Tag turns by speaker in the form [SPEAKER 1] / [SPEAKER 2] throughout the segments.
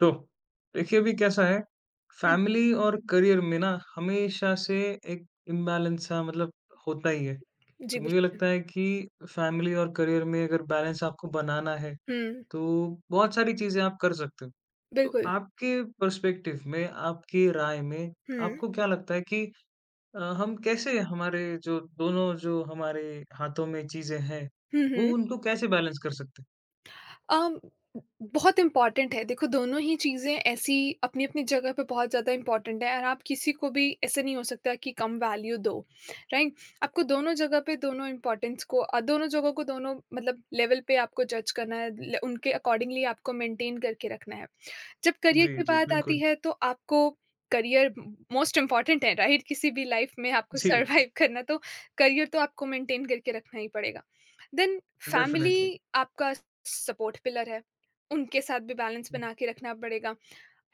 [SPEAKER 1] तो देखिए अभी कैसा है,
[SPEAKER 2] हुँ,
[SPEAKER 1] फैमिली और करियर में ना हमेशा से एक इम्बैलेंस सा मतलब होता ही है।
[SPEAKER 2] जी,
[SPEAKER 1] तो मुझे
[SPEAKER 2] बिल्कुल।
[SPEAKER 1] लगता है कि फैमिली और करियर में अगर बैलेंस आपको बनाना है,
[SPEAKER 2] हुँ,
[SPEAKER 1] तो बहुत सारी चीज़ें आप कर सकते हो। तो
[SPEAKER 2] बिल्कुल।
[SPEAKER 1] आपके पर्सपेक्टिव में, आपकी राय में
[SPEAKER 2] हुँ,
[SPEAKER 1] आपको क्या लगता है कि हम कैसे हमारे जो हमारे हाथों में चीज़ें हैं,
[SPEAKER 2] हुँ,
[SPEAKER 1] वो
[SPEAKER 2] हुँ।
[SPEAKER 1] उनको कैसे बैलेंस कर सकते
[SPEAKER 2] अम, बहुत इम्पॉर्टेंट है। देखो, दोनों ही चीज़ें ऐसी अपनी-अपनी जगह पे बहुत ज़्यादा इम्पॉर्टेंट हैं और आप किसी को भी ऐसे नहीं हो सकता कि कम वैल्यू दो, राइट? आपको दोनों जगह पे दोनों इम्पॉर्टेंस को दोनों जगहों को दोनों मतलब लेवल पे आपको जज करना है, ल उनके अकॉर्डिंगली आपको मेंटेन करके रखना है। जब
[SPEAKER 1] हैं?
[SPEAKER 2] करियर
[SPEAKER 1] जी,
[SPEAKER 2] की
[SPEAKER 1] जी,
[SPEAKER 2] बात आती
[SPEAKER 1] बिल्कुल।
[SPEAKER 2] है तो आपको करियर मोस्ट इम्पॉर्टेंट है, राइट? किसी भी लाइफ में आपको
[SPEAKER 1] जी, जी,
[SPEAKER 2] सर्वाइव करना तो करियर तो आपको मेंटेन करके रखना ही पड़ेगा। Then family
[SPEAKER 1] definitely.
[SPEAKER 2] आपका सपोर्ट पिलर है, उनके साथ भी बैलेंस
[SPEAKER 1] हुँ,
[SPEAKER 2] बना के रखना पड़ेगा।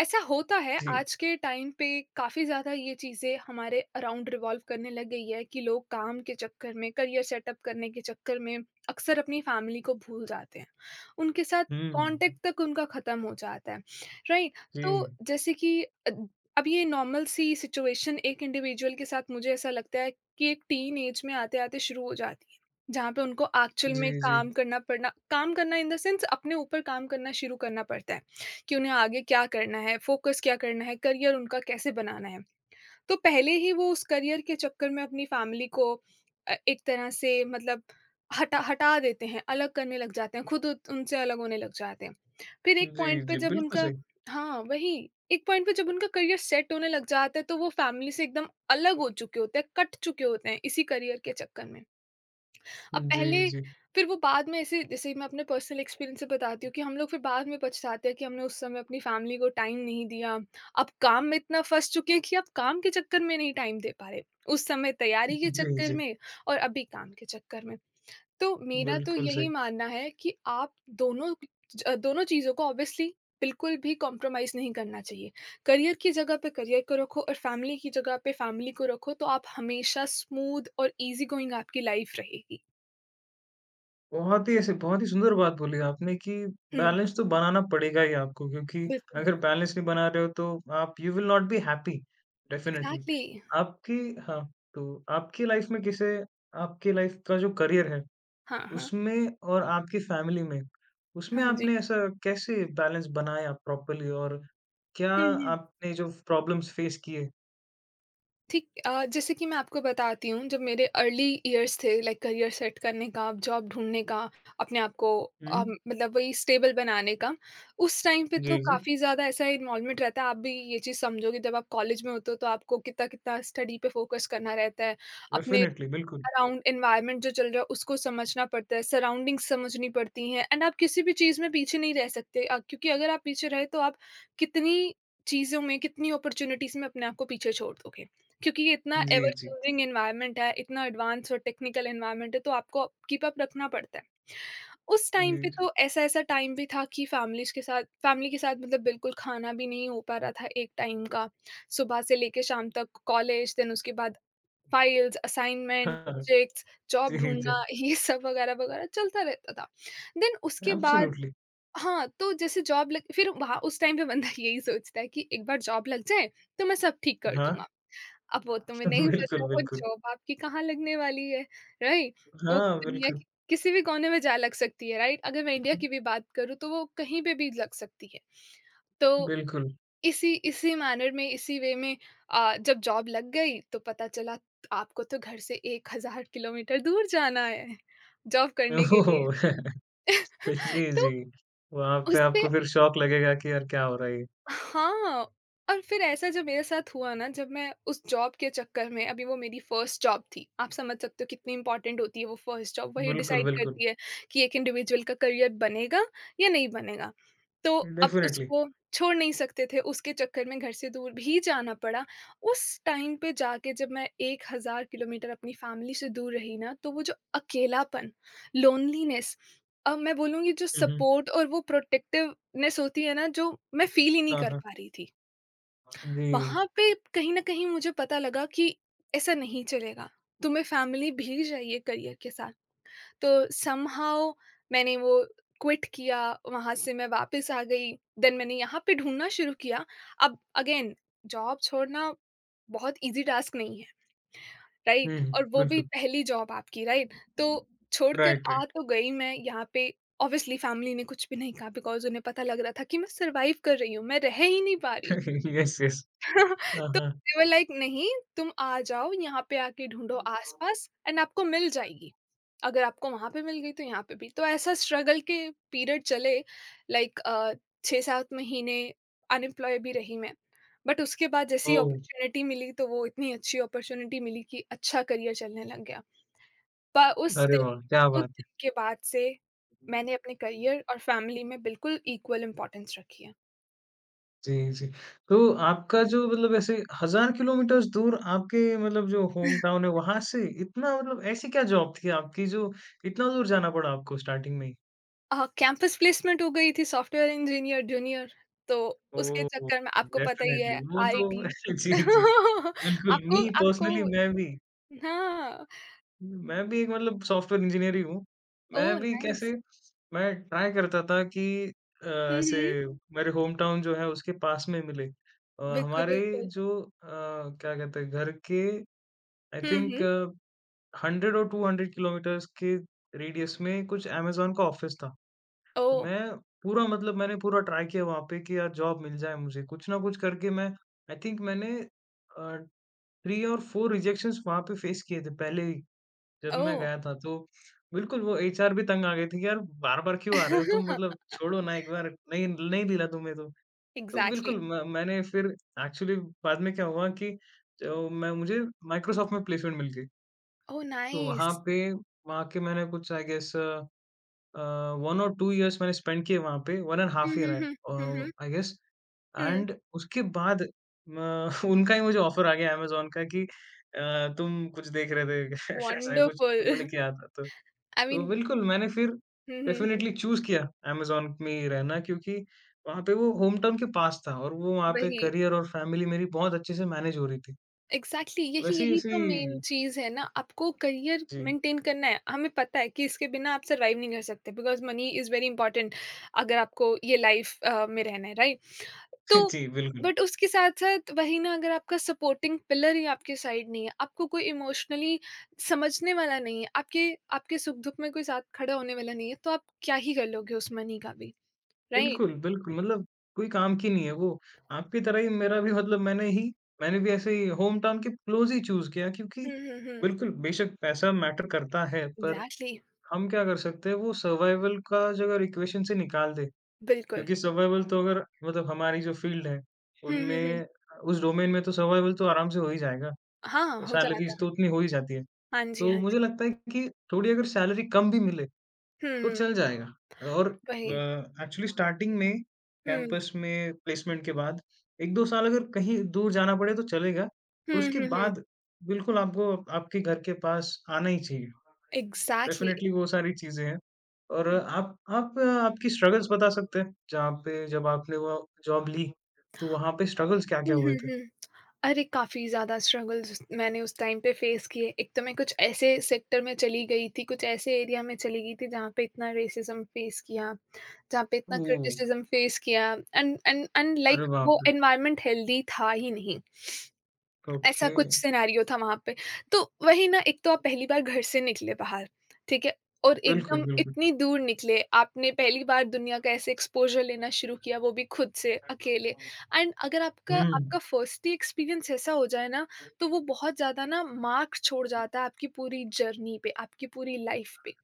[SPEAKER 2] ऐसा होता है
[SPEAKER 1] जी।
[SPEAKER 2] आज के टाइम पे, काफ़ी ज़्यादा ये चीज़ें हमारे अराउंड रिवॉल्व करने लग गई है कि लोग काम के चक्कर में, करियर सेटअप करने के चक्कर में अक्सर अपनी फैमिली को भूल जाते हैं। उनके साथ कॉन्टैक्ट
[SPEAKER 1] हुँ।
[SPEAKER 2] तक उनका ख़त्म हो जाता है, राइट?
[SPEAKER 1] जी।
[SPEAKER 2] तो जैसे कि अ, अब ये नॉर्मल सी सिचुएशन एक इंडिविजुअल के साथ मुझे ऐसा लगता है कि एक टीन एज में आते-आते शुरू हो जाती है, जहाँ पे उनको एक्चुअल
[SPEAKER 1] जी,
[SPEAKER 2] में
[SPEAKER 1] जी।
[SPEAKER 2] काम करना पड़ना काम करना इन द सेंस अपने ऊपर काम करना शुरू करना पड़ता है। कि उन्हें आगे क्या करना है, फ़ोकस क्या करना है, करियर उनका कैसे बनाना है। तो पहले ही वो उस करियर के चक्कर में अपनी फैमिली को एक तरह से मतलब हटा हटा देते हैं, अलग करने लग जाते हैं, खुद उत उनसे अलग होने लग जाते हैं। फिर एक
[SPEAKER 1] जी,
[SPEAKER 2] पॉइंट पे
[SPEAKER 1] जी,
[SPEAKER 2] जब
[SPEAKER 1] बिल्कुल
[SPEAKER 2] उनका
[SPEAKER 1] सही।
[SPEAKER 2] हाँ, वही। एक पॉइंट पे जब उनका करियर सेट होने लग जाता है, तो वो फैमिली से एकदम अलग हो चुके होते हैं, कट चुके होते हैं इसी करियर के चक्कर में। अब
[SPEAKER 1] जी,
[SPEAKER 2] पहले
[SPEAKER 1] जी।
[SPEAKER 2] फिर वो बाद में ऐसे, जैसे मैं अपने पर्सनल एक्सपीरियंस से बताती हूँ, कि हम लोग फिर बाद में पछताते हैं कि हमने उस समय अपनी फैमिली को टाइम नहीं दिया। अब काम में इतना फँस चुके हैं कि अब काम के चक्कर में नहीं टाइम दे पा रहे। उस समय तैयारी के
[SPEAKER 1] जी,
[SPEAKER 2] चक्कर
[SPEAKER 1] जी,
[SPEAKER 2] में और अभी काम के चक्कर में। तो मेरा तो
[SPEAKER 1] बिल्कुल
[SPEAKER 2] यही
[SPEAKER 1] सही।
[SPEAKER 2] मानना है कि आप दोनों ज दोनों चीज़ों को ऑब्वियसली बिल्कुल भी कॉम्प्रोमाइज़ नहीं करना चाहिए। करियर की जगह पे करियर को रखो और फैमिली की जगह पे फैमिली को रखो, तो आप हमेशा स्मूथ और ईज़ी गोइंग आपकी लाइफ़ रहेगी।
[SPEAKER 1] बहुत ही ऐसे बहुत ही सुंदर बात बोली आपने कि
[SPEAKER 2] हुँ।
[SPEAKER 1] बैलेंस तो बनाना पड़ेगा ही आपको क्योंकि
[SPEAKER 2] बिल्कुल,
[SPEAKER 1] अगर बैलेंस नहीं बना रहे हो तो आप you will not be happy definitely.
[SPEAKER 2] Exactly.
[SPEAKER 1] आपकी हाँ, तो आपकी लाइफ़ में किसे आपकी लाइफ़ का जो करियर है,
[SPEAKER 2] हाँ, हाँ।
[SPEAKER 1] उसमें और आपकी फ़ैमिली में, उसमें
[SPEAKER 2] हाँ जी।
[SPEAKER 1] आपने ऐसा कैसे बैलेंस बनाया प्रॉपर्ली और क्या
[SPEAKER 2] हुँ, हुँ।
[SPEAKER 1] आपने जो प्रॉब्लम्स फ़ेस किए?
[SPEAKER 2] ठीक। जैसे कि मैं आपको बताती हूँ, जब मेरे अर्ली इयर्स थे लाइक करियर सेट करने का, जॉब ढूँढने का, अपने आप को
[SPEAKER 1] हुँ।
[SPEAKER 2] मतलब वही स्टेबल बनाने का, उस टाइम पे तो
[SPEAKER 1] जी, जी।
[SPEAKER 2] काफ़ी ज़्यादा ऐसा इन्वॉल्वमेंट रहता है। आप भी ये चीज़ समझोगे, जब आप कॉलेज में होते हो तो आपको कितना-कितना स्टडी पे फ़ोकस करना रहता है, अपने
[SPEAKER 1] डेफ़िनेटली, बिल्कुल।
[SPEAKER 2] अराउंड एनवायरनमेंट जो चल रहा है उसको समझना पड़ता है, सराउंडिंग्स समझनी पड़ती हैं, एंड आप किसी भी चीज़ में पीछे नहीं रह सकते क्योंकि अगर आप पीछे रहे तो आप कितनी चीज़ों में, कितनी अपॉर्च्युनिटीज़ में अपने आप को पीछे छोड़ दोगे। क्योंकि ये इतना
[SPEAKER 1] जी,
[SPEAKER 2] एवर
[SPEAKER 1] जी।
[SPEAKER 2] चेंजिंग एनवायरनमेंट है, इतना एडवांस और टेक्निकल एनवायरनमेंट है, तो आपको कीप अप रखना पड़ता है। उस टाइम
[SPEAKER 1] जी,
[SPEAKER 2] पे
[SPEAKER 1] जी।
[SPEAKER 2] तो ऐसा-ऐसा टाइम भी था कि फैमिलीज़ के साथ फैमिली के साथ मतलब बिल्कुल खाना भी नहीं हो पा रहा था एक टाइम का, सुबह से लेके शाम तक कॉलेज, देन उसके बाद फाइल्स, असाइनमेंट,
[SPEAKER 1] हाँ, हाँ।
[SPEAKER 2] प्रोजेक्ट्स, जॉब
[SPEAKER 1] जी, जी।
[SPEAKER 2] ढूँढना ये सब वगैरह-वगैरह चलता रहता था। देन उसके बाद
[SPEAKER 1] एब्सोल्यूटली।
[SPEAKER 2] हाँ, तो जैसे जॉब लग, फिर वहाँ उस टाइम पे बंदा यही सोचता है कि एक बार जॉब लग जाए, तो मैं सब ठीक कर
[SPEAKER 1] हाँ।
[SPEAKER 2] दूँगा। अब वो तुम्हें नहीं पता
[SPEAKER 1] बिल्कुल,
[SPEAKER 2] वो
[SPEAKER 1] बिल्कुल।
[SPEAKER 2] जॉब आपकी कहाँ लगने वाली है, राइट? वो
[SPEAKER 1] हाँ,
[SPEAKER 2] दुनिया
[SPEAKER 1] बिल्कुल।
[SPEAKER 2] के किसी भी कोने में जा लग सकती है, राइट? अगर मैं इंडिया की भी बात करूँ, तो वो कहीं पे भी लग सकती है। तो
[SPEAKER 1] बिल्कुल।
[SPEAKER 2] इसी इसी मैनर में, इसी वे में जब जॉब लग गई तो पता चला आपको तो घर से 1000 किलोमीटर दूर जाना है, जॉब करने के लिए।
[SPEAKER 1] ओह! जी,
[SPEAKER 2] तो
[SPEAKER 1] जी। वहाँ पे
[SPEAKER 2] उसपे
[SPEAKER 1] आपको फिर शॉक लगेगा कि यार क्या हो रहा है ये?
[SPEAKER 2] हाँ, और फिर ऐसा जब मेरे साथ हुआ ना, जब मैं उस जॉब के चक्कर में, अभी वो मेरी फर्स्ट जॉब थी, आप समझ सकते हो कितनी इम्पोर्टेंट होती है वो फर्स्ट जॉब, वही
[SPEAKER 1] बिल्कुल,
[SPEAKER 2] डिसाइड
[SPEAKER 1] बिल्कुल।
[SPEAKER 2] करती है कि एक इंडिविजुअल का करियर बनेगा या नहीं बनेगा। तो अब
[SPEAKER 1] डेफ़िनेटली।
[SPEAKER 2] उसको छोड़ नहीं सकते थे, उसके चक्कर में घर से दूर भी जाना पड़ा। उस टाइम पे जाके जब मैं 1000 किलोमीटर अपनी फैमिली से दूर रही ना, तो वो जो अकेलापन, लोनलीनेस, अब मैं बोलूँगी जो
[SPEAKER 1] हुँ, हुँ।
[SPEAKER 2] सपोर्ट और वो प्रोटेक्टिवनेस होती है ना, जो मैं फ़ील ही नहीं
[SPEAKER 1] हाँ,
[SPEAKER 2] कर
[SPEAKER 1] हाँ।
[SPEAKER 2] पा रही थी।
[SPEAKER 1] जी।
[SPEAKER 2] वहाँ पे कहीं न कहीं मुझे पता लगा कि ऐसा नहीं चलेगा, तुम्हें फ़ैमिली भी चाहिए करियर के साथ। तो समहाउ मैंने वो क्विट किया, वहाँ से मैं वापस आ गई, देन मैंने यहाँ पे ढूँढना शुरू किया। अब अगेन जॉब छोड़ना बहुत ईज़ी टास्क नहीं है। राइट?
[SPEAKER 1] Hmm, hmm.
[SPEAKER 2] और वो भी
[SPEAKER 1] बिल्कुल।
[SPEAKER 2] पहली जॉब आपकी, राइट? तो छोड़कर
[SPEAKER 1] राइट,
[SPEAKER 2] आ
[SPEAKER 1] राइट।
[SPEAKER 2] तो गई मैं यहाँ पे, ऑब्वियसली फैमिली ने कुछ भी नहीं कहा बिकॉज़ उन्हें पता लग रहा था कि मैं सर्वाइव कर रही हूँ, मैं रह ही नहीं पा रही। हूँ।
[SPEAKER 1] Yes, yes. हाँ,
[SPEAKER 2] तो
[SPEAKER 1] हाँ।
[SPEAKER 2] दे वर लाइक नहीं, तुम आ जाओ यहाँ पे, आके ढूँढो आस-पास एंड आपको मिल जाएगी। अगर आपको वहाँ पे मिल गई तो यहाँ पे भी। तो ऐसा स्ट्रगल के पीरियड चले लाइक 6-7 महीने अनएम्प्लॉय भी रही मैं। बट उसके बाद जैसे ही
[SPEAKER 1] ओह!
[SPEAKER 2] अपॉर्च्युनिटी मिली, तो वो इतनी अच्छी अपॉर्च्युनिटी मिली कि अच्छा करियर चलने लग गया। पर
[SPEAKER 1] अरे वाह! क्या
[SPEAKER 2] उस
[SPEAKER 1] बात
[SPEAKER 2] दिन के बाद से
[SPEAKER 1] है।
[SPEAKER 2] मैंने अपने करियर और फैमिली में बिल्कुल इक्वल इम्पोर्टेंस रखी
[SPEAKER 1] जी, जी। तो आपका जो मतलब ऐसे 1000 किलोमीटर्स दूर आपके मतलब जो
[SPEAKER 2] है।
[SPEAKER 1] होम टाउन है वहाँ से इतना मतलब ऐसी क्या जॉब थी आपकी जो इतना दूर जाना पड़ा आपको स्टार्टिंग में ही?
[SPEAKER 2] कैंपस प्लेसमेंट हो गई थी, सॉफ्टवेयर इंजीनियर जूनियर, तो उसके
[SPEAKER 1] ओह!
[SPEAKER 2] चक्कर में आपको पता ही है
[SPEAKER 1] डेफ़िनेटली वो तो
[SPEAKER 2] आईटी
[SPEAKER 1] जी, जी। बिल्कुल
[SPEAKER 2] आपको
[SPEAKER 1] मी
[SPEAKER 2] आपको
[SPEAKER 1] पर्सनली
[SPEAKER 2] हाँ,
[SPEAKER 1] मैं भी एक मतलब सॉफ्टवेयर इंजीनियर ही हूँ।
[SPEAKER 2] ओह
[SPEAKER 1] मैं भी
[SPEAKER 2] नाइस।
[SPEAKER 1] कैसे मैं ट्राई करता था कि अ,
[SPEAKER 2] हुँ,
[SPEAKER 1] ऐसे
[SPEAKER 2] हुँ।
[SPEAKER 1] मेरे होम टाउन जो है उसके पास में मिले।
[SPEAKER 2] बिल्कुल,
[SPEAKER 1] हमारे
[SPEAKER 2] बिल्कुल।
[SPEAKER 1] जो क्या कहते हैं घर के आई
[SPEAKER 2] हुँ,
[SPEAKER 1] थिंक
[SPEAKER 2] हुँ।
[SPEAKER 1] 100 और 200 किलोमीटर्स के रेडियस में कुछ अमेज़न का ऑफ़िस था। तो
[SPEAKER 2] ओह!
[SPEAKER 1] मैं पूरा मतलब मैंने पूरा ट्राई किया वहाँ पे कि यार जॉब मिल जाए मुझे, कुछ ना कुछ करके मैं आई थिंक मैंने अ, 3 और 4 रिजेक्शंस वहाँ पे फ़ेस किए थे पहले ही जब मैं
[SPEAKER 2] ओह!
[SPEAKER 1] गया था। तो बिल्कुल वो एचआर भी तंग आ गए थे कि यार बार-बार क्यों आ रहे हो तुम मतलब छोड़ो ना एक बार नहीं नहीं मिला तुम्हें तो। तो
[SPEAKER 2] एग्ज़ैक्टली।
[SPEAKER 1] बिल्कुल म मैंने फिर एक्चुअली बाद में क्या हुआ कि अ, मैं मुझे माइक्रोसॉफ्ट में प्लेसमेंट मिल गई।
[SPEAKER 2] ओह
[SPEAKER 1] तो वहाँ
[SPEAKER 2] नाइस।
[SPEAKER 1] पे वहाँ के मैंने कुछ आई गेस 1 और 2 इयर्स मैंने स्पेंड किए वहाँ पे 1 and
[SPEAKER 2] hmm,
[SPEAKER 1] half year
[SPEAKER 2] hmm, hmm. Hmm, hmm.
[SPEAKER 1] I guess
[SPEAKER 2] hmm,
[SPEAKER 1] and उसके बाद म उनका ही मुझे ऑफर आ गया अमेज़न का कि तुम कुछ देख रहे थे ऐसा कुछ
[SPEAKER 2] वंडरफुल।
[SPEAKER 1] उन्होंने किया था तो।
[SPEAKER 2] आई
[SPEAKER 1] तो
[SPEAKER 2] मीन,
[SPEAKER 1] बिल्कुल मैंने फिर
[SPEAKER 2] hmm, hmm, hmm.
[SPEAKER 1] Definitely choose किया अमेज़न में ही रहना क्योंकि वहाँ पे वो होम टाउन के पास था और वो वहाँ पे
[SPEAKER 2] वही।
[SPEAKER 1] करियर और फैमिली मेरी बहुत अच्छे से मैनेज हो रही थी।
[SPEAKER 2] एग्जैक्टली exactly, यही यही
[SPEAKER 1] वैसी-वैसी
[SPEAKER 2] तो मेन चीज है ना, आपको करियर
[SPEAKER 1] जी,
[SPEAKER 2] मेंटेन करना है, हमें पता है कि इसके बिना आप सरवाइव नहीं कर सकते because money is very important, अगर आपको ये लाइफ में रहना है, राइट? तो
[SPEAKER 1] जी बिल्कुल।
[SPEAKER 2] बट उसके साथ साथ वही ना, अगर आपका सपोर्टिंग पिलर ही आपके साइड नहीं है, आपको कोई इमोशनली समझने वाला नहीं है, आपके आपके सुख दुख में कोई साथ खड़ा होने वाला नहीं है, तो आप क्या ही कर लोगे उस मनी का भी, राइट?
[SPEAKER 1] बिल्कुल, बिल्कुल, मतलब कोई काम की नहीं है वो। आपकी तरह ही मेरा भी मतलब मैंने भी ऐसे ही होम टाउन के क्लोज़ ही चूज़ किया क्योंकि
[SPEAKER 2] हम्म हम्म हम्म
[SPEAKER 1] बिल्कुल, बेशक पैसा मैटर करता है, पर
[SPEAKER 2] एग्जैक्टली।
[SPEAKER 1] हम क्या कर सकते हैं वो सर्वाइवल का जो अगर इक्वेशन से निकाल दें,
[SPEAKER 2] बिल्कुल।
[SPEAKER 1] क्योंकि सर्वाइवल तो अगर मतलब हमारी जो फ़ील्ड है,
[SPEAKER 2] हम्म हम्म हम्म
[SPEAKER 1] उनमें उस डोमेन में तो सर्वाइवल तो आराम से हो ही जाएगा,
[SPEAKER 2] हाँ हो जाता।
[SPEAKER 1] सैलरीज़ तो उतनी हो ही जाती है।
[SPEAKER 2] हाँ जी,
[SPEAKER 1] तो
[SPEAKER 2] हाँ
[SPEAKER 1] मुझे
[SPEAKER 2] जी।
[SPEAKER 1] लगता है कि थोड़ी अगर सैलरी कम भी मिले,
[SPEAKER 2] हुँ,
[SPEAKER 1] तो
[SPEAKER 2] हुँ,
[SPEAKER 1] चल जाएगा और
[SPEAKER 2] वही।
[SPEAKER 1] एक्चुअली स्टार्टिंग में
[SPEAKER 2] हुँ,
[SPEAKER 1] कैंपस में प्लेसमेंट के बाद 1-2 साल अगर कहीं दूर जाना पड़े तो चलेगा और
[SPEAKER 2] हुँ,
[SPEAKER 1] उसके
[SPEAKER 2] हुँ, हुँ,
[SPEAKER 1] बाद बिल्कुल आपको आपके घर के पास आना ही चाहिए।
[SPEAKER 2] एग्ज़ैक्टली।
[SPEAKER 1] डेफ़िनेटली वो सारी चीज़ें हैं और आप आपकी स्ट्रगल्स बता सकते हैं, जहाँ पे जब आपने वो जॉब ली, तो वहाँ पे स्ट्रगल्स
[SPEAKER 2] हुँ,
[SPEAKER 1] क्या-क्या
[SPEAKER 2] हुँ,
[SPEAKER 1] हुए थे?
[SPEAKER 2] हुँ। अरे! काफ़ी ज़्यादा स्ट्रगल्स मैंने उस टाइम पे फ़ेस किए। एक तो मैं कुछ ऐसे सेक्टर में चली गई थी, कुछ ऐसे एरिया में चली गई थी जहाँ पे इतना रेसिज़्म फ़ेस किया, जहाँ पे इतना
[SPEAKER 1] ओह!
[SPEAKER 2] क्रिटिसिज़्म फ़ेस किया एंड एंड एंड लाइक
[SPEAKER 1] अरे बाप
[SPEAKER 2] वो
[SPEAKER 1] रे!
[SPEAKER 2] एनवायरनमेंट हेल्दी था ही नहीं। ऐसा
[SPEAKER 1] ओके।
[SPEAKER 2] कुछ सिनेरियो था वहाँ पे। तो वही ना, एक तो आप पहली बार घर से निकले बाहर, ठीक है? और
[SPEAKER 1] बिल्कुल,
[SPEAKER 2] एकदम
[SPEAKER 1] बिल्कुल।
[SPEAKER 2] इतनी दूर निकले, आपने पहली बार दुनिया का ऐसे एक्सपोज़र लेना शुरू किया, वो भी खुद से, अकेले, एंड अगर आपका आपका
[SPEAKER 1] हुँ।
[SPEAKER 2] फर्स्ट ही एक्सपीरियंस ऐसा हो जाए ना, तो वो बहुत ज़्यादा ना मार्क छोड़ जाता है आपकी पूरी जर्नी पे, आपकी पूरी लाइफ़ पे।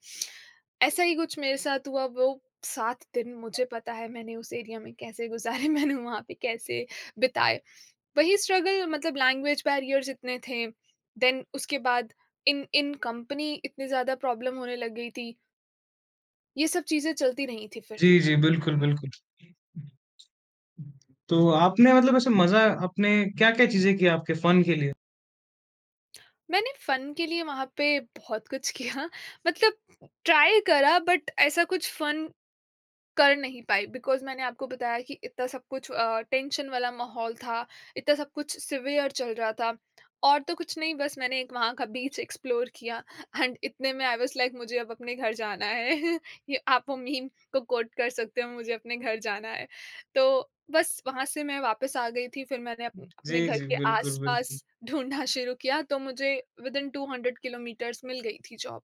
[SPEAKER 2] ऐसा ही कुछ मेरे साथ हुआ, वो 7 दिन मुझे पता है मैंने उस एरिया में कैसे गुज़ारे, मैंने वहाँ पे कैसे बिताए। वही स्ट्रगल, मतलब लैंग्वेज बैरियर्स इतने थे, देन उसके बाद इन इन कंपनी इतनी ज़्यादा प्रॉब्लम होने लग गई थी, ये सब चीज़ें चलती रही थी फिर।
[SPEAKER 1] जी, जी, बिल्कुल, बिल्कुल। तो आपने मतलब ऐसे मज़ा आपने क्या-क्या चीज़ें की आपके फन के लिए?
[SPEAKER 2] मैंने फ़न के लिए वहाँ पे बहुत कुछ किया मतलब ट्राई करा, बट ऐसा कुछ फ़न कर नहीं पाई बिकॉज़ मैंने आपको बताया कि इतना सब कुछ टेंशन वाला माहौल था, इतना सब कुछ सिवियर चल रहा था, और तो कुछ नहीं, बस मैंने एक वहाँ का बीच एक्सप्लोर किया, एंड इतने में आई वाज़ लाइक मुझे अब अपने घर जाना है। ये आप वो मीम को कोट कर सकते हो, मुझे अपने घर जाना है। तो बस वहाँ से मैं वापस आ गई थी, फिर मैंने अप अपने
[SPEAKER 1] जी,
[SPEAKER 2] घर
[SPEAKER 1] जी,
[SPEAKER 2] के
[SPEAKER 1] बिल्कुल,
[SPEAKER 2] आस-पास
[SPEAKER 1] बिल्कुल।
[SPEAKER 2] ढूँढना शुरू किया, तो मुझे विदिन 200 किलोमीटर्स मिल गई थी जॉब।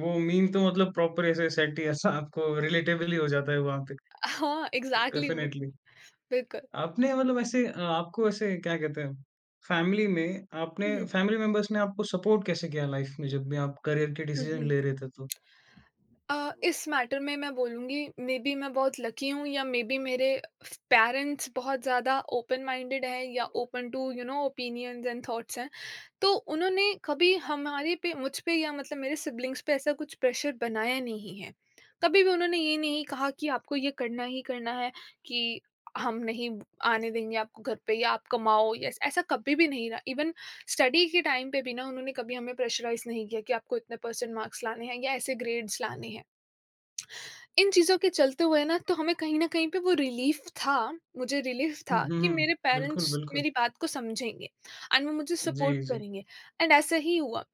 [SPEAKER 1] वो मीम तो मतलब प्रॉपर ऐसे सेट ही ऐसा आपको रिलेटेबल ही हो जाता है वहाँ पे,
[SPEAKER 2] हाँ, एग्ज़ैक्टली वो।
[SPEAKER 1] डेफ़िनेटली।
[SPEAKER 2] बिल्कुल।
[SPEAKER 1] आपने मतलब ऐसे आपको ऐसे क्या कहते हैं,
[SPEAKER 2] हुँ, हुँ।
[SPEAKER 1] फैमिली मेंबर्स ने आपको सपोर्ट कैसे किया लाइफ़ में जब भी आप करियर के
[SPEAKER 2] हुँ,
[SPEAKER 1] डिसीज़न
[SPEAKER 2] हुँ।
[SPEAKER 1] ले रहे थे तो?
[SPEAKER 2] इस मैटर में मैं बोलूँगी मे बी मैं बहुत लकी हूँ या मे बी मेरे फ पेरेंट्स बहुत ज़्यादा ओपन माइंडेड हैं या open to you know opinions and thoughts हैं। तो उन्होंने कभी हमारे पे मुझ पे या मतलब मेरे सिबलिंग्स पे ऐसा कुछ प्रेशर बनाया नहीं है। कभी भी उन्होंने ये नहीं कहा कि आपको ये करना ही करना है, कि हम नहीं आने देंगे आपको घर पे या आप कमाओ या ऐस ऐसा कभी भी नहीं रहा। इवन स्टडी के टाइम पे भी ना उन्होंने कभी हमें प्रेशराइज़ नहीं किया कि आपको इतने परसेंट मार्क्स लाने हैं या ऐसे ग्रेड्स लाने हैं। इन चीज़ों के चलते हुए ना तो हमें कहीं न कहीं पे वो रिलीफ़ था, मुझे रिलीफ़
[SPEAKER 1] हुँ,
[SPEAKER 2] था
[SPEAKER 1] हुँ,
[SPEAKER 2] कि मेरे
[SPEAKER 1] हुँ। बिल्कुल,
[SPEAKER 2] पेरेंट्स
[SPEAKER 1] बिल्कुल।
[SPEAKER 2] मेरी बात को समझेंगे एंड वो मुझे सपोर्ट
[SPEAKER 1] जी, जी।
[SPEAKER 2] करेंगे एंड ऐसा ही हुआ।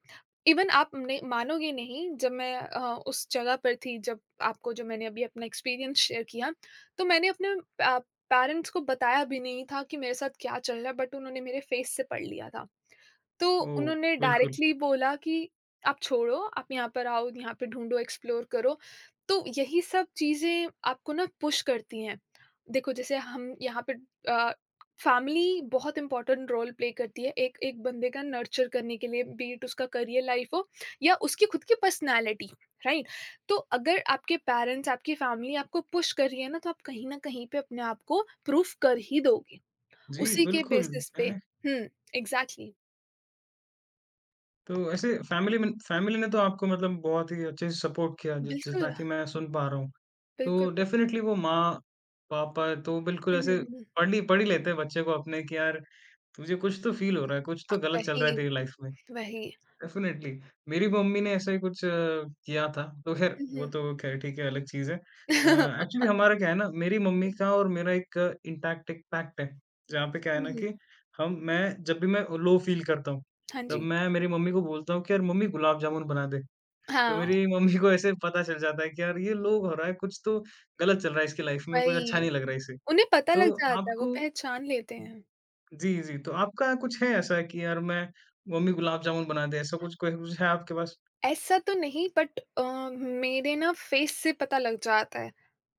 [SPEAKER 2] इवन आप ने मानोगे नहीं जब मैं उस जगह पर थी जब आपको जो मैंने अभी अपना एक्सपीरियंस शेयर किया, तो मैंने अपने अ, पेरेंट्स को बताया भी नहीं था कि मेरे साथ क्या चल रहा है बट उन्होंने मेरे फेस से पढ़ लिया था। तो
[SPEAKER 1] ओह!
[SPEAKER 2] उन्होंने
[SPEAKER 1] बिल्कुल।
[SPEAKER 2] डायरेक्टली बोला कि आप छोड़ो, आप यहाँ पर आओ, यहाँ पे ढूँढो, एक्सप्लोर करो। तो यही सब चीज़ें आपको ना पुश करती हैं। देखो जैसे हम यहाँ पे अ, फैमिली बहुत इम्पोर्टेंट रोल प्ले करती है एक एक बंदे का नर्चर करने के लिए, बी इट उसका करियर लाइफ हो या उसकी खुद की पर्सनैलिटी, राइट? तो अगर आपके पेरेंट्स, आपकी फैमिली आपको पुश कर रही है ना, तो आप कहीं न कहीं पे अपने आप को प्रूफ कर ही दोगे,
[SPEAKER 1] जी,
[SPEAKER 2] उसी के
[SPEAKER 1] बिल्कुल।
[SPEAKER 2] बेसिस पे।
[SPEAKER 1] हैं,
[SPEAKER 2] हुँ, एग्ज़ैक्टली।
[SPEAKER 1] तो ऐसे फैमिली ने तो आपको मतलब बहुत ही अच्छे से सपोर्ट किया जि जितना
[SPEAKER 2] बिल्कुल।
[SPEAKER 1] कि मैं सुन पा रहा हूँ।
[SPEAKER 2] बिल्कुल,
[SPEAKER 1] तो
[SPEAKER 2] बिल
[SPEAKER 1] डेफ़िनेटली वो माँ, पापा तो बिल्कुल
[SPEAKER 2] हुँ, हुँ,
[SPEAKER 1] ऐसे
[SPEAKER 2] हुँ, हुँ।
[SPEAKER 1] पढ़ ही लेते हैं बच्चे को अपने कि यार तुझे कुछ तो फ़ील हो रहा है, कुछ तो गलत चल
[SPEAKER 2] वही,
[SPEAKER 1] रहा है तेरी लाइफ़ में।
[SPEAKER 2] वही।
[SPEAKER 1] डेफ़िनेटली, मेरी मम्मी ने ऐसा ही कुछ किया था, तो ख़ैर
[SPEAKER 2] हुँ,
[SPEAKER 1] वो
[SPEAKER 2] हुँ।
[SPEAKER 1] तो ख़ैर ठीक है अलग चीज़ है। एक्चुअली हमारा क्या है ना मेरी
[SPEAKER 2] हुँ,
[SPEAKER 1] मम्मी
[SPEAKER 2] हुँ।
[SPEAKER 1] का और मेरा एक इंटैक्ट एक पैक्ट है, जहाँ पे क्या है ना कि हम मैं जब भी मैं लो फ़ील करता हूँ,
[SPEAKER 2] हाँ
[SPEAKER 1] तब
[SPEAKER 2] जी।
[SPEAKER 1] मैं मेरी मम्मी को बोलता हूँ कि यार मम्मी गुलाब जामुन बना दे। तो
[SPEAKER 2] हाँ,
[SPEAKER 1] मेरी मम्मी को ऐसे पता चल जाता है कि यार ये लो हो रहा है, कुछ तो गलत चल रहा है इसकी लाइफ़ में, कुछ अच्छा
[SPEAKER 2] वही।
[SPEAKER 1] नहीं लग रहा है इसे।
[SPEAKER 2] उन्हें पता
[SPEAKER 1] तो
[SPEAKER 2] लग जाता है, वो
[SPEAKER 1] आपको
[SPEAKER 2] पहचान लेते हैं।
[SPEAKER 1] जी, जी, तो आपका कुछ है ऐसा कि यार मैं मम्मी गुलाब जामुन बना दे, ऐसा कुछ कोई कुछ है आपके पास?
[SPEAKER 2] ऐसा तो नहीं बट मेरे ना फेस से पता लग जाता है।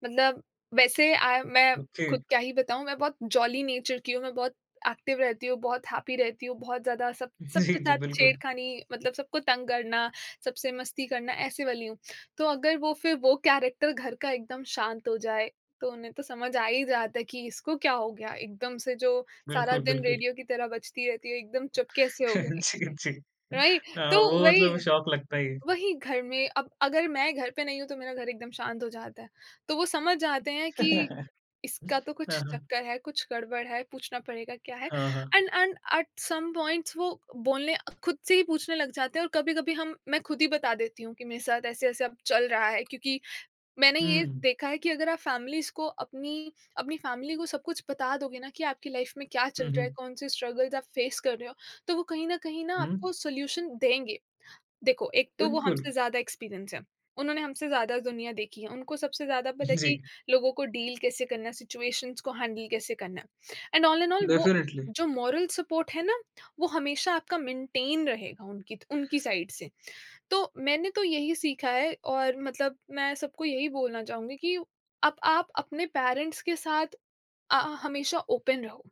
[SPEAKER 2] मतलब वैसे मैं
[SPEAKER 1] ओके।
[SPEAKER 2] खुद क्या ही बताऊँ, मैं बहुत जॉली नेचर की हूँ, मैं बहुत एक्टिव रहती हूँ, बहुत हैप्पी रहती हूँ, बहुत ज़्यादा सब
[SPEAKER 1] जी,
[SPEAKER 2] सबके
[SPEAKER 1] जी,
[SPEAKER 2] साथ
[SPEAKER 1] बिल्कुल,
[SPEAKER 2] छेड़खानी, मतलब सबको तंग करना, सबसे मस्ती करना ऐसे वाली हूँ। तो अगर वो फिर वो कैरेक्टर घर का एकदम शांत हो जाए, तो उन्हें तो समझ आ ही जाता है कि इसको क्या हो गया? एकदम से जो सारा
[SPEAKER 1] बिल्कुल,
[SPEAKER 2] दिन
[SPEAKER 1] बिल्कुल।
[SPEAKER 2] रेडियो की तरह बजती रहती है, एकदम चुपके से हो गई,
[SPEAKER 1] जी, जी।
[SPEAKER 2] राइट?
[SPEAKER 1] हाँ,
[SPEAKER 2] तो
[SPEAKER 1] वो
[SPEAKER 2] वही
[SPEAKER 1] मतलब शौक लगता ही है।
[SPEAKER 2] वही घर में अब अगर मैं घर पे नहीं हूँ तो मेरा घर एकदम शांत हो जाता है। तो वो समझ जाते हैं कि इसका तो कुछ
[SPEAKER 1] हाँ, हाँ।
[SPEAKER 2] चक्कर है, कुछ गड़बड़ है, पूछना पड़ेगा क्या है?
[SPEAKER 1] हाँ, हाँ।
[SPEAKER 2] And and at some points वो बोलने खुद से ही पूछने लग जाते हैं और कभी-कभी हम मैं खुद ही बता देती हूँ कि मेरे साथ ऐसे-ऐसे अब चल रहा है क्योंकि मैंने ये
[SPEAKER 1] हुँ,
[SPEAKER 2] देखा है कि अगर आप फैमिलीज़ को अपनी अपनी फैमिली को सब कुछ बता दोगे ना कि आपकी लाइफ में क्या चल
[SPEAKER 1] हुँ,
[SPEAKER 2] रहा है,
[SPEAKER 1] हुँ,
[SPEAKER 2] कौन से स्ट्रगल्स आप फेस कर रहे हो, तो वो कहीं न कहीं ना
[SPEAKER 1] हुँ,
[SPEAKER 2] आपको सॉल्यूशन देंगे। देखो, एक तो वो
[SPEAKER 1] बिल्कुल।
[SPEAKER 2] हमसे ज़्यादा एक्सपीरियंस है। उन्होंने हमसे ज़्यादा दुनिया देखी है। उनको सबसे ज़्यादा पता है
[SPEAKER 1] जी,
[SPEAKER 2] कि लोगों को डील कैसे करना है, सिचुएशंस को हैंडल कैसे करना है। एंड ऑल इन ऑल वो
[SPEAKER 1] डेफ़िनेटली।
[SPEAKER 2] जो मॉरल सपोर्ट है ना, वो हमेशा आपका मेंटेन रहेगा उनकी उनकी साइड से। तो मैंने तो यही सीखा है और मतलब मैं सबको यही बोलना चाहूँगी कि अब आप अपने पेरेंट्स के साथ हमेशा ओपन रहो।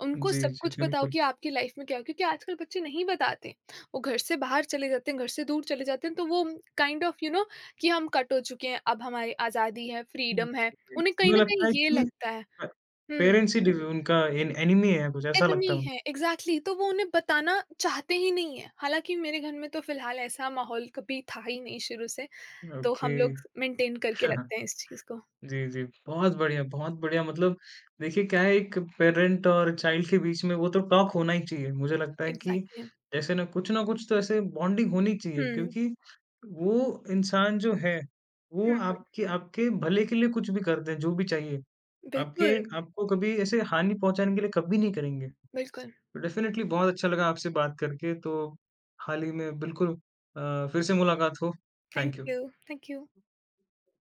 [SPEAKER 2] उनको
[SPEAKER 1] जी,
[SPEAKER 2] सब
[SPEAKER 1] जी,
[SPEAKER 2] कुछ बताओ
[SPEAKER 1] बिल्कुल।
[SPEAKER 2] कि आपकी लाइफ में क्या हो क्योंकि आजकल बच्चे नहीं बताते। वो घर से बाहर चले जाते हैं, घर से दूर चले जाते हैं तो वो काइंड ऑफ यू नो कि हम कट हो चुके हैं, अब हमारी आज़ादी है,
[SPEAKER 1] हुँ,
[SPEAKER 2] फ्रीडम है,
[SPEAKER 1] जी।
[SPEAKER 2] उन्हें कहीं
[SPEAKER 1] मुझे
[SPEAKER 2] ना
[SPEAKER 1] लगता
[SPEAKER 2] कहीं
[SPEAKER 1] है
[SPEAKER 2] ये
[SPEAKER 1] कि
[SPEAKER 2] लगता है।
[SPEAKER 1] अ,
[SPEAKER 2] हम्म,
[SPEAKER 1] पेरेंट्स ही डिव उनका एन एनिमी है कुछ ऐसा
[SPEAKER 2] एनमी
[SPEAKER 1] लगता है
[SPEAKER 2] है, एग्जैक्टली exactly, तो वो उन्हें बताना चाहते ही नहीं है, हालांकि मेरे घर में तो फिलहाल ऐसा माहौल कभी था ही नहीं शुरू से।
[SPEAKER 1] मुझे।
[SPEAKER 2] तो हम
[SPEAKER 1] ओके।
[SPEAKER 2] लोग मेंटेन करके रखते हैं इस चीज़ को।
[SPEAKER 1] जी, जी। बहुत बढ़िया मतलब देखिए क्या है एक पेरेंट और चाइल्ड के बीच में वो तो टॉक होना ही चाहिए। मुझे लगता है कि
[SPEAKER 2] एग्जैक्टली exactly.
[SPEAKER 1] जैसे ना कुछ तो ऐसे बॉन्डिंग होनी चाहिए
[SPEAKER 2] हम्म।
[SPEAKER 1] क्योंकि वो इंसान जो है, वो
[SPEAKER 2] हम्म,
[SPEAKER 1] आपके आपके भले के लिए कुछ भी करते हैं, जो भी चाहिए। आपके
[SPEAKER 2] बिल्कुल।
[SPEAKER 1] आपको कभी ऐसे हानि पहुँचाने के लिए कभी नहीं करेंगे।
[SPEAKER 2] बिल्कुल।
[SPEAKER 1] तो डेफ़िनेटली बहुत अच्छा लगा आपसे बात करके तो हाल ही में बिल्कुल फिर से मुलाकात हो।
[SPEAKER 2] Thank
[SPEAKER 1] thank you.
[SPEAKER 2] You, thank you.